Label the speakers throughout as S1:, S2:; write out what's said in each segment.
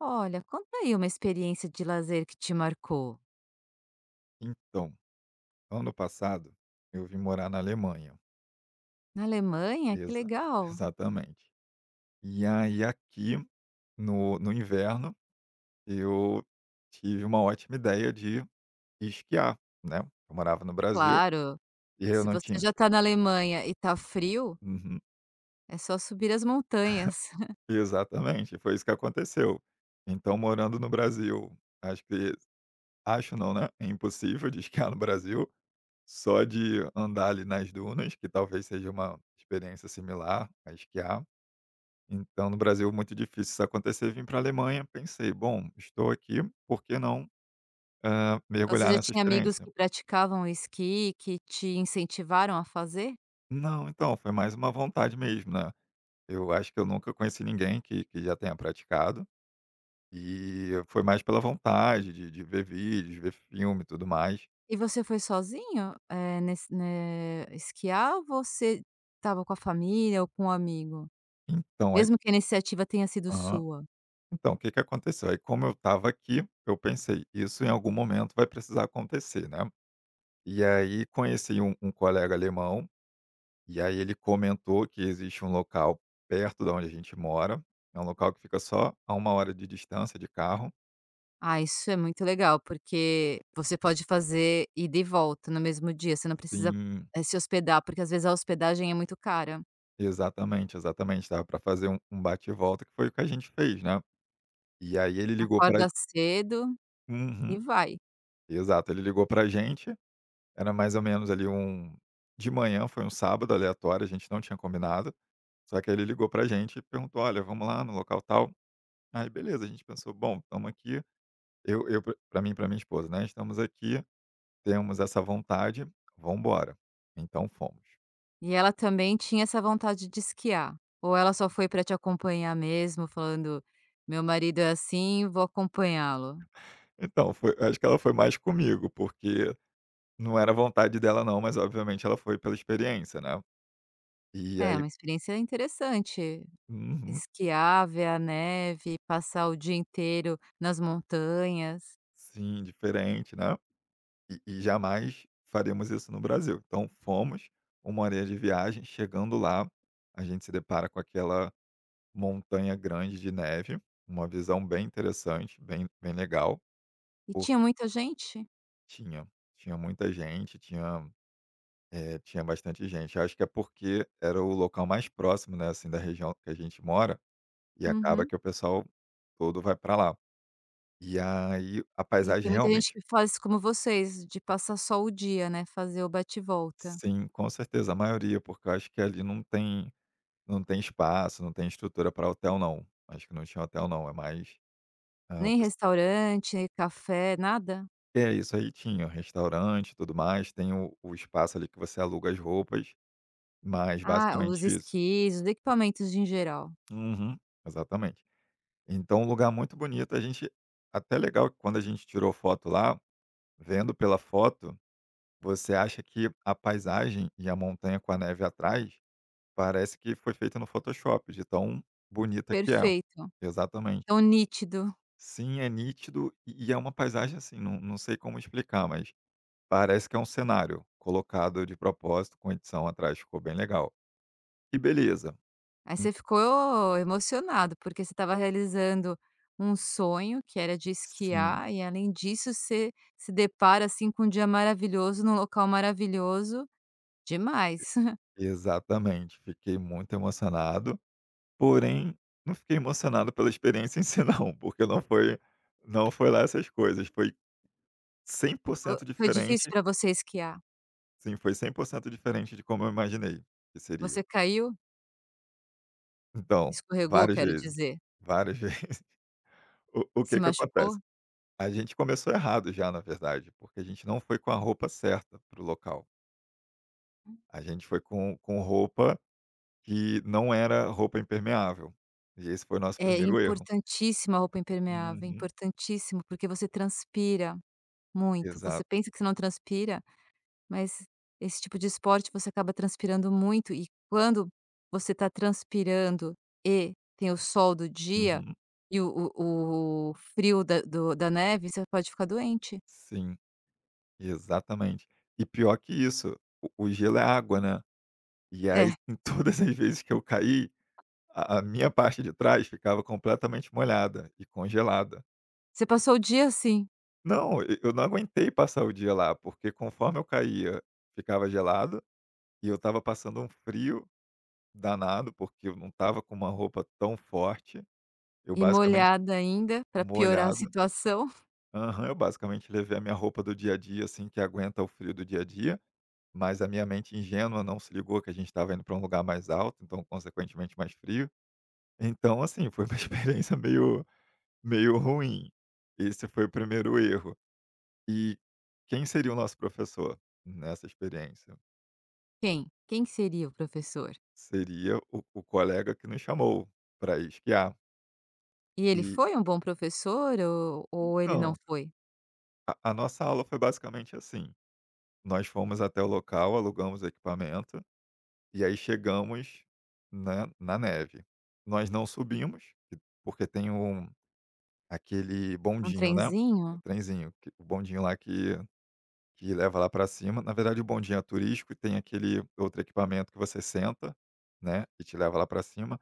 S1: Olha, conta aí uma experiência de lazer que te marcou.
S2: Então, ano passado eu vim morar na Alemanha.
S1: Na Alemanha? Que
S2: Exa
S1: legal.
S2: exatamente. E aí aqui no inverno eu tive uma ótima ideia de esquiar, né. Eu morava no Brasil
S1: Claro,
S2: e eu
S1: se
S2: não
S1: você
S2: tinha.
S1: já está na Alemanha e tá frio,
S2: Uhum,
S1: é só subir as montanhas.
S2: exatamente, foi isso que aconteceu. Então morando no Brasil, acho que, acho não, né, é impossível de esquiar no Brasil, só de andar ali nas dunas, que talvez seja uma experiência similar a esquiar. Então, no Brasil, muito difícil isso acontecer. Vim para a Alemanha, pensei: "Bom, estou aqui, por que não,
S1: Você
S2: mergulhar
S1: já
S2: nessa
S1: tinha amigos
S2: experiência?".
S1: que praticavam esqui, que te incentivaram a fazer?
S2: Não, então, foi mais uma vontade mesmo, né. Eu acho que eu nunca conheci ninguém que já tenha praticado, e foi mais pela vontade de ver vídeos, ver filme e tudo mais.
S1: E você foi sozinho, eh, nes né, esquiar ou você estava com a família ou com um amigo?
S2: Então aí.
S1: Mesmo que a iniciativa tenha sido
S2: Aham.
S1: sua.
S2: Então, o que que aconteceu? Aí, como eu estava aqui, eu pensei: "Isso em algum momento vai precisar acontecer, né". E aí, conheci um colega alemão. E aí ele comentou que existe um local perto da onde a gente mora, é um local que fica só a 1 hora de distância de carro.
S1: Ah, isso é muito legal, porque você pode fazer ida e volta no mesmo dia, você não precisa,
S2: Sim,
S1: se hospedar, porque às vezes a hospedagem é muito cara.
S2: exatamente, exatamente, dava para fazer um bate e volta, que foi o que a gente fez, né. E aí ele ligou pra.
S1: Acorda cedo
S2: Uhum,
S1: e vai.
S2: exato, ele ligou pra gente, era mais ou menos ali um de manhã, foi um sábado aleatório, a gente não tinha combinado, só que aí ele ligou pra gente e perguntou: "Olha, vamos lá no local tal?". Aí beleza, a gente pensou: "Bom, estamos aqui", eu pra mim e pra minha esposa, né: "Estamos aqui, temos essa vontade, vamos embora". Então fomos.
S1: E ela também tinha essa vontade de esquiar, ou ela só foi para te acompanhar mesmo, falando: "Meu marido é assim, vou acompanhá-lo".
S2: Então, foi, acho que ela foi mais comigo, porque não era vontade dela não, mas obviamente ela foi pela experiência, né. E
S1: É
S2: aí.
S1: uma experiência interessante,
S2: Uhum,
S1: esquiar, ver a neve, passar o dia inteiro nas montanhas.
S2: sim, diferente, né. E jamais faremos isso no Brasil. Então fomos, uma horinha de viagem, chegando lá, a gente se depara com aquela montanha grande de neve, uma visão bem interessante, bem bem legal,
S1: E
S2: porque
S1: tinha muita gente?
S2: tinha tinha muita gente, tinha É, tinha bastante gente. Acho que é porque era o local mais próximo, né, assim, da região que a gente mora, e acaba
S1: Uhum.
S2: que o pessoal todo vai para lá. E aí a
S1: E
S2: paisagem
S1: tem muita gente
S2: realmente.
S1: que faz como vocês, de passar só o dia, né, fazer o bate-volta.
S2: Sim, com certeza, a maioria, porque eu acho que ali não tem, não tem espaço, não tem estrutura para hotel não. Acho que não tinha hotel não, é mais, o
S1: Nem
S2: pesso
S1: restaurante, nem café, nada?
S2: é, isso aí tinha, restaurante e tudo mais, tem o espaço ali que você aluga as roupas, mas
S1: Ah,
S2: basicamente
S1: os
S2: isso.
S1: esquis, os equipamentos em geral.
S2: Uhum, exatamente. Então, um lugar muito bonito. A gente, até legal que quando a gente tirou foto lá, vendo pela foto, você acha que a paisagem e a montanha com a neve atrás parece que foi feita no Photoshop, de tão bonita que é.
S1: Perfeito,
S2: Exatamente.
S1: tão nítido.
S2: Sim, é nítido e é uma paisagem assim, não, não sei como explicar, mas parece que é um cenário colocado de propósito, com edição atrás, ficou bem legal. E beleza.
S1: Aí
S2: Em-
S1: você ficou emocionado, porque você estava realizando um sonho, que era de
S2: Sim,
S1: esquiar, e além disso você se depara, assim, com um dia maravilhoso, num local maravilhoso, demais.
S2: exatamente. Fiquei muito emocionado. Porém, não fiquei emocionado pela experiência em si não, porque não foi lá essas coisas, foi cem por
S1: Fo
S2: cento
S1: foi difícil
S2: diferente
S1: para você esquiar?
S2: Sim, foi 100% diferente de como eu imaginei que seria.
S1: Você caiu?
S2: Então,
S1: Escorregou,
S2: várias
S1: quero
S2: vezes,
S1: dizer.
S2: várias vezes. O
S1: Se
S2: que que
S1: machucou?
S2: acontece? A gente começou errado já, na verdade, porque a gente não foi com a roupa certa para o local. A gente foi com roupa que não era roupa impermeável, e esse foi o nosso
S1: É
S2: primeiro erro.
S1: importantíssima a roupa impermeável, é
S2: Uhum,
S1: importantíssimo, porque você transpira muito. Você
S2: exato.
S1: pensa que você não transpira, mas esse tipo de esporte você acaba transpirando muito e quando você está transpirando e tem o sol do dia
S2: Uhum,
S1: e o frio da neve, você pode ficar doente.
S2: sim. Exatamente. E pior que isso, o gelo é água, né. E aí,
S1: É,
S2: em todas as vezes que eu caí, a minha parte de trás ficava completamente molhada e congelada.
S1: você passou o dia assim,
S2: Não, e eu não aguentei passar o dia lá, porque conforme eu caía, ficava gelado e eu estava passando um frio danado, porque eu não estava com uma roupa tão forte. Eu
S1: e
S2: basicamente.
S1: molhada ainda, para piorar a
S2: Molhado.
S1: situação.
S2: Aham, eu basicamente levei a minha roupa do dia a dia, assim, que aguenta o frio do dia a dia. Mas a minha mente ingênua não se ligou que a gente estava indo para um lugar mais alto, então consequentemente mais frio. Então assim, foi uma experiência meio ruim. Esse foi o primeiro erro. E quem seria o nosso professor nessa experiência?
S1: Quem? Quem seria o professor?
S2: Seria o colega que nos chamou para ir esquiar.
S1: E ele
S2: E
S1: foi um bom professor ou ele não
S2: então,
S1: foi?
S2: a nossa aula foi basicamente assim: nós fomos até o local, alugamos o equipamento e aí chegamos, né, na neve. Nós não subimos, porque tem aquele
S1: Um
S2: bondinho, né, o
S1: trenzinho?
S2: trenzinho, que o bondinho lá que leva lá para cima. Na verdade, o bondinho é turístico e tem aquele outro equipamento que você senta, né, e te leva lá para cima.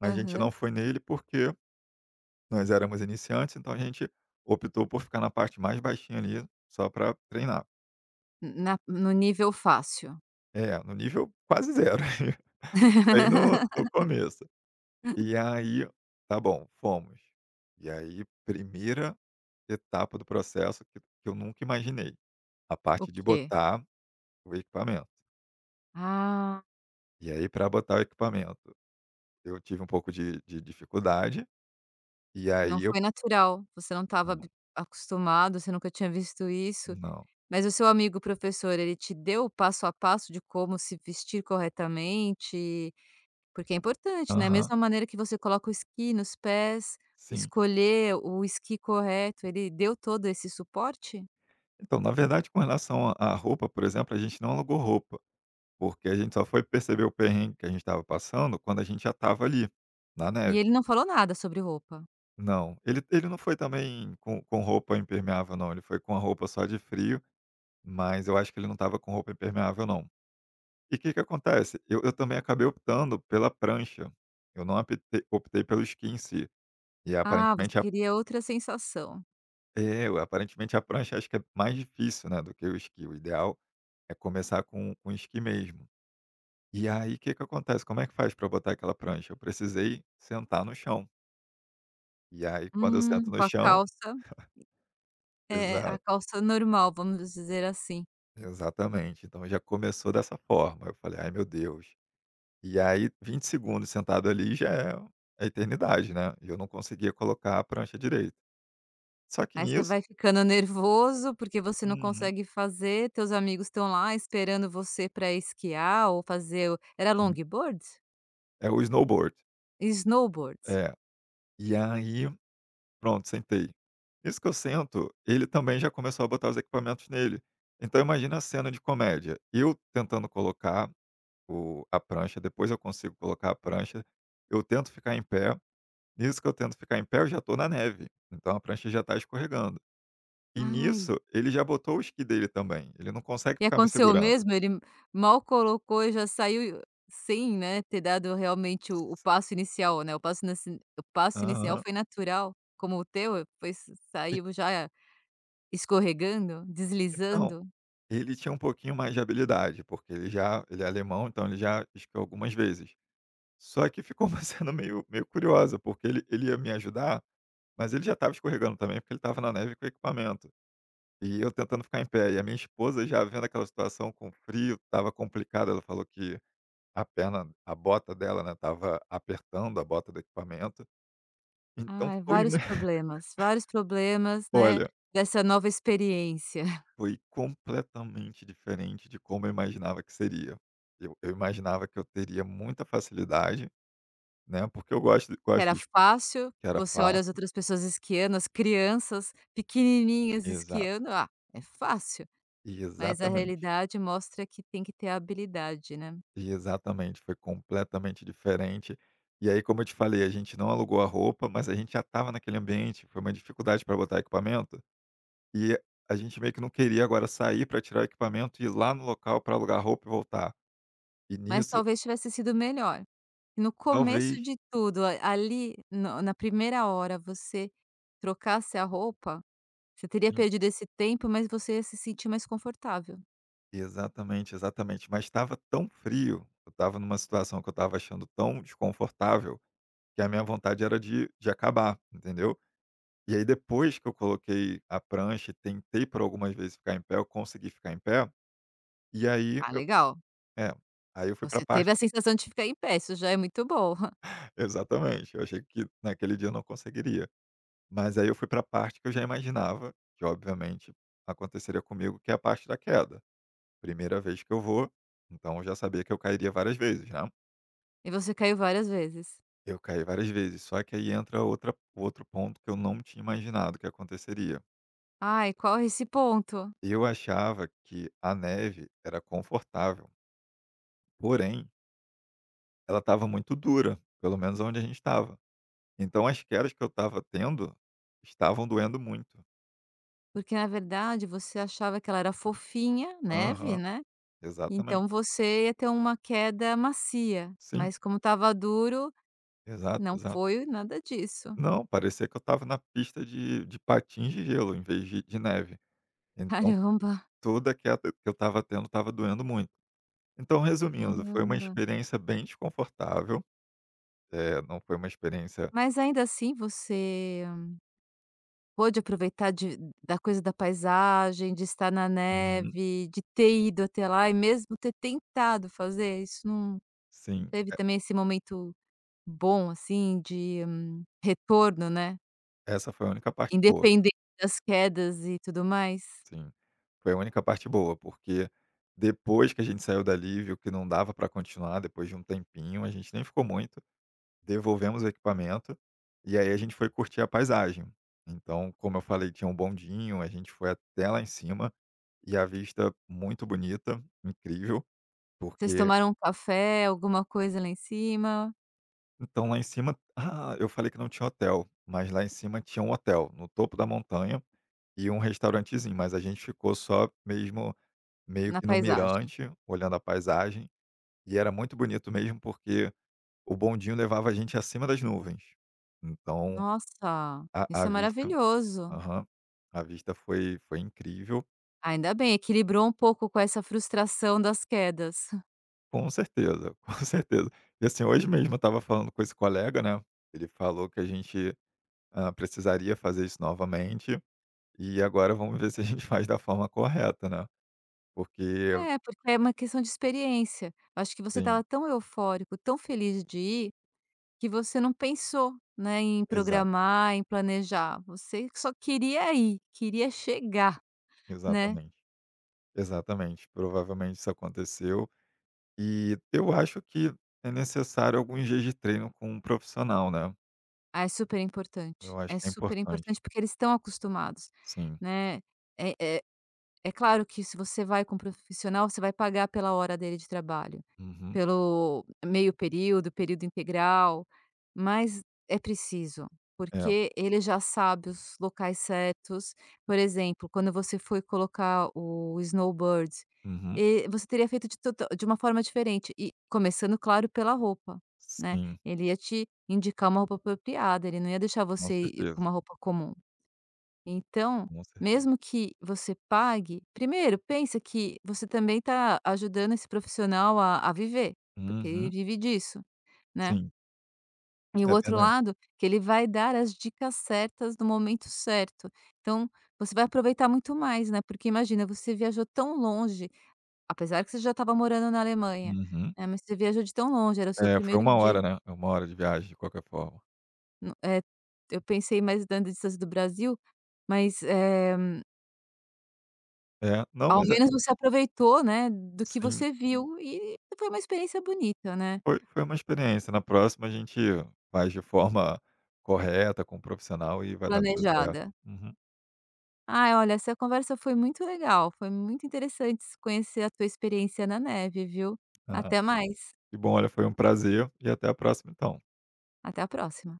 S2: Mas a gente não
S1: Aham.
S2: foi nele, porque nós éramos iniciantes, então a gente optou por ficar na parte mais baixinha ali, só para treinar.
S1: Na no nível fácil.
S2: É, no nível quase zero, bem no começo. E aí, tá bom, fomos. E aí, primeira etapa do processo que eu nunca imaginei, a
S1: O
S2: parte de
S1: quê?
S2: botar. O equipamento.
S1: Ah,
S2: E aí para botar o equipamento, eu tive um pouco de dificuldade, e
S1: não
S2: aí eu.
S1: foi natural, você não estava
S2: Não,
S1: acostumado, você nunca tinha visto isso,
S2: não.
S1: mas o seu amigo professor, ele te deu o passo a passo de como se vestir corretamente? Porque é importante, né,
S2: Aham,
S1: mesma maneira que você coloca o esqui nos pés,
S2: sim.
S1: escolher o esqui correto, ele deu todo esse suporte?
S2: Então, na verdade, com relação à roupa, por exemplo, a gente não alugou roupa, porque a gente só foi perceber o perrengue que a gente estava passando quando a gente já estava ali, na
S1: E
S2: neve.
S1: ele não falou nada sobre roupa?
S2: Não, ele não foi também com roupa impermeável não, ele foi com a roupa só de frio, mas eu acho que ele não estava com roupa impermeável não. E o que que acontece? Eu também acabei optando pela prancha, eu não aptei optei pelo esqui em si. E
S1: Ah, você
S2: aparentemente a.
S1: queria outra sensação.
S2: É, aparentemente a prancha acho que é mais difícil, né, do que o esqui, o ideal é começar com o esqui mesmo. E aí o que que acontece, como é que faz para botar aquela prancha? Eu precisei sentar no chão, e aí quando eu sento no
S1: Com a
S2: chão.
S1: calça é, a
S2: Exato,
S1: calça normal, vamos dizer assim.
S2: exatamente, então já começou dessa forma, eu falei: "Ai meu Deus". E aí 20 segundos sentado ali já é eternidade, né, e eu não conseguia colocar a prancha direito. Só que
S1: Aí você
S2: nisso.
S1: vai ficando nervoso, porque você não
S2: Uhum.
S1: consegue fazer, teus amigos estão lá esperando você para esquiar ou fazer o era
S2: Sim.
S1: longboard?
S2: É o snowboard.
S1: Snowboard?
S2: É. E aí, pronto, sentei. Isso que eu sento, ele também já começou a botar os equipamentos nele. Então imagina a cena de comédia, eu tentando colocar o a prancha, depois eu consigo colocar a prancha, eu tento ficar em pé, nisso que eu tento ficar em pé, eu já tô na neve, então a prancha já tá escorregando. E
S1: Ai.
S2: nisso, ele já botou o esqui dele também, ele não consegue
S1: E
S2: ficar me
S1: aconteceu
S2: segurando.
S1: mesmo? Ele mal colocou e já saiu sem, né, ter dado realmente o passo inicial, né, o passo inicial
S2: Aham.
S1: foi natural, como o teu, foi s
S2: E
S1: saiu já escorregando,
S2: então.
S1: deslizando.
S2: Ele tinha um pouquinho mais de habilidade, porque ele é alemão, então ele já esquiou algumas vezes. Só que ficou uma cena meio curiosa, porque ele ia me ajudar, mas ele já estava escorregando também, porque ele estava na neve com equipamento. E eu tentando ficar em pé, e a minha esposa já vendo aquela situação com frio, estava complicada, ela falou que a perna, a bota dela, né, estava apertando a bota do equipamento. Então
S1: Ai,
S2: foi uma
S1: vários problemas, né,
S2: olha.
S1: dessa nova experiência.
S2: Foi completamente diferente de como eu imaginava que seria. Eu imaginava que eu teria muita facilidade, né, porque eu gosto
S1: Era
S2: de.
S1: fácil,
S2: Que era
S1: você olha as
S2: fácil.
S1: outras pessoas esquiando, as crianças pequenininhas
S2: Exato.
S1: esquiando, ah, é fácil,
S2: E
S1: mas a
S2: exatamente.
S1: realidade mostra que tem que ter habilidade, né.
S2: E exatamente, foi completamente diferente. E aí, como eu te falei, a gente não alugou a roupa, mas a gente já estava naquele ambiente, foi uma dificuldade para botar equipamento, e a gente meio que não queria agora sair para tirar o equipamento e ir lá no local para alugar roupa e voltar. E
S1: Mas
S2: nisso.
S1: talvez tivesse sido melhor. No começo
S2: Talvez.
S1: de tudo, a ali, no na primeira hora, você trocasse a roupa, você teria perdido esse tempo, mas você ia se sentir mais confortável.
S2: Exatamente, exatamente. Mas estava tão frio, eu estava numa situação que eu estava achando tão desconfortável, que a minha vontade era de acabar, entendeu. E aí depois que eu coloquei a prancha e tentei por algumas vezes ficar em pé, eu consegui ficar em pé, e aí.
S1: Ah, legal.
S2: É, aí eu fui para a
S1: Você
S2: parte
S1: teve a sensação de ficar em pé, isso já é muito bom.
S2: exatamente, eu achei que naquele dia eu não conseguiria. Mas aí eu fui para a parte que eu já imaginava que obviamente aconteceria comigo, que é a parte da queda. Primeira vez que eu vou, então eu já sabia que eu cairia várias vezes, né.
S1: E você caiu várias vezes.
S2: Eu caí várias vezes, só que aí entra outra outro ponto que eu não tinha imaginado que aconteceria.
S1: Ai, qual é esse ponto?
S2: Eu achava que a neve era confortável, porém ela estava muito dura, pelo menos onde a gente estava. Então as quedas que eu estava tendo estavam doendo muito.
S1: Porque, na verdade, você achava que ela era fofinha, neve,
S2: Aham,
S1: né,
S2: exatamente.
S1: então você ia ter uma queda macia,
S2: Sim,
S1: mas como estava duro,
S2: exato,
S1: não
S2: exato.
S1: foi nada disso.
S2: Não, parecia que eu estava na pista de patins de gelo em vez de neve. Então
S1: Caramba!
S2: toda queda que eu estava tendo estava doendo muito. Então, resumindo, foi uma
S1: Caramba.
S2: experiência bem desconfortável. É, não foi uma experiência.
S1: Mas ainda assim você pôde aproveitar de da coisa da paisagem, de estar na
S2: Uhum.
S1: neve, de ter ido até lá e mesmo ter tentado fazer, isso não não
S2: Sim,
S1: teve
S2: e
S1: também esse momento bom, assim, de retorno, né,
S2: essa foi a única parte boa.
S1: independente das quedas e tudo mais?
S2: Sim. Foi a única parte boa, porque depois que a gente saiu dali, viu que não dava para continuar, depois de um tempinho, a gente nem ficou muito, devolvemos o equipamento, e aí a gente foi curtir a paisagem. Então, como eu falei, tinha um bondinho, a gente foi até lá em cima, e a vista muito bonita, incrível,
S1: Vocês
S2: porque.
S1: tomaram um café, alguma coisa lá em cima,
S2: Então lá em cima, ah, eu falei que não tinha hotel, mas lá em cima tinha um hotel, no topo da montanha, e um restaurantezinho, mas a gente ficou só mesmo meio
S1: na
S2: que no
S1: paisagem?
S2: mirante, olhando a paisagem, e era muito bonito mesmo, porque o bondinho levava a gente acima das nuvens. Então
S1: Nossa,
S2: a
S1: isso é
S2: vista.
S1: maravilhoso.
S2: Aham, a vista foi incrível,
S1: Ainda bem, equilibrou um pouco com essa frustração das quedas.
S2: com certeza, com certeza. E assim, hoje mesmo eu estava falando com esse colega, né, ele falou que a gente, precisaria fazer isso novamente. E agora vamos ver se a gente faz da forma correta, né. Porque.
S1: É, porque é uma questão de experiência. Eu acho que você
S2: Sim,
S1: estava tão eufórico, tão feliz de ir, que você não pensou, né, em
S2: exa
S1: programar, em planejar. Você só queria ir, queria chegar, né?
S2: exatamente, exatamente. Provavelmente isso aconteceu, e eu acho que é necessário alguns dias de treino com um profissional, né.
S1: Ah, é super
S2: Eu
S1: importante.
S2: acho
S1: É
S2: que é
S1: super
S2: importante.
S1: importante porque eles estão acostumados,
S2: Sim.
S1: né? É, é, é claro que se você vai com um profissional, você vai pagar pela hora dele de trabalho,
S2: Uhum.
S1: pelo meio período, período integral, mas é preciso,
S2: É.
S1: porque ele já sabe os locais certos. Por exemplo, quando você foi colocar o snowboard,
S2: Uhum.
S1: e você teria feito de, tota- de uma forma diferente, e começando, claro, pela roupa, né?
S2: Sim,
S1: Ele ia te indicar uma roupa apropriada, ele não ia deixar
S2: com
S1: você ir com
S2: certeza,
S1: uma roupa comum. Então,
S2: com certeza.
S1: mesmo que você pague, primeiro pensa que você também está ajudando esse profissional a viver, porque ele
S2: Uhum.
S1: vive disso, né.
S2: Sim,
S1: E o
S2: é
S1: outro
S2: verdade.
S1: lado, que ele vai dar as dicas certas no momento certo. Então, você vai aproveitar muito mais, né, porque imagina, você viajou tão longe, apesar que você já estava morando na Alemanha,
S2: Uhum.
S1: né, mas você viajou de tão longe, era o seu
S2: É, foi
S1: primeiro
S2: uma
S1: dia,
S2: hora, né, é 1 hora de viagem de qualquer forma.
S1: no eu pensei mais dando distância do Brasil, mas,
S2: É, não,
S1: ao
S2: mas é.
S1: menos você aproveitou, né, do que
S2: Sim.
S1: você viu e foi uma experiência bonita, né,
S2: Foi uma experiência, na próxima a gente faz de forma correta, com um profissional e vai dar tudo certo.
S1: planejada.
S2: Uhum.
S1: Ai, olha, essa conversa foi muito legal, foi muito interessante conhecer a tua experiência na neve, viu.
S2: Ah,
S1: Até mais,
S2: que bom, olha, foi um prazer e até a próxima então.
S1: até a próxima.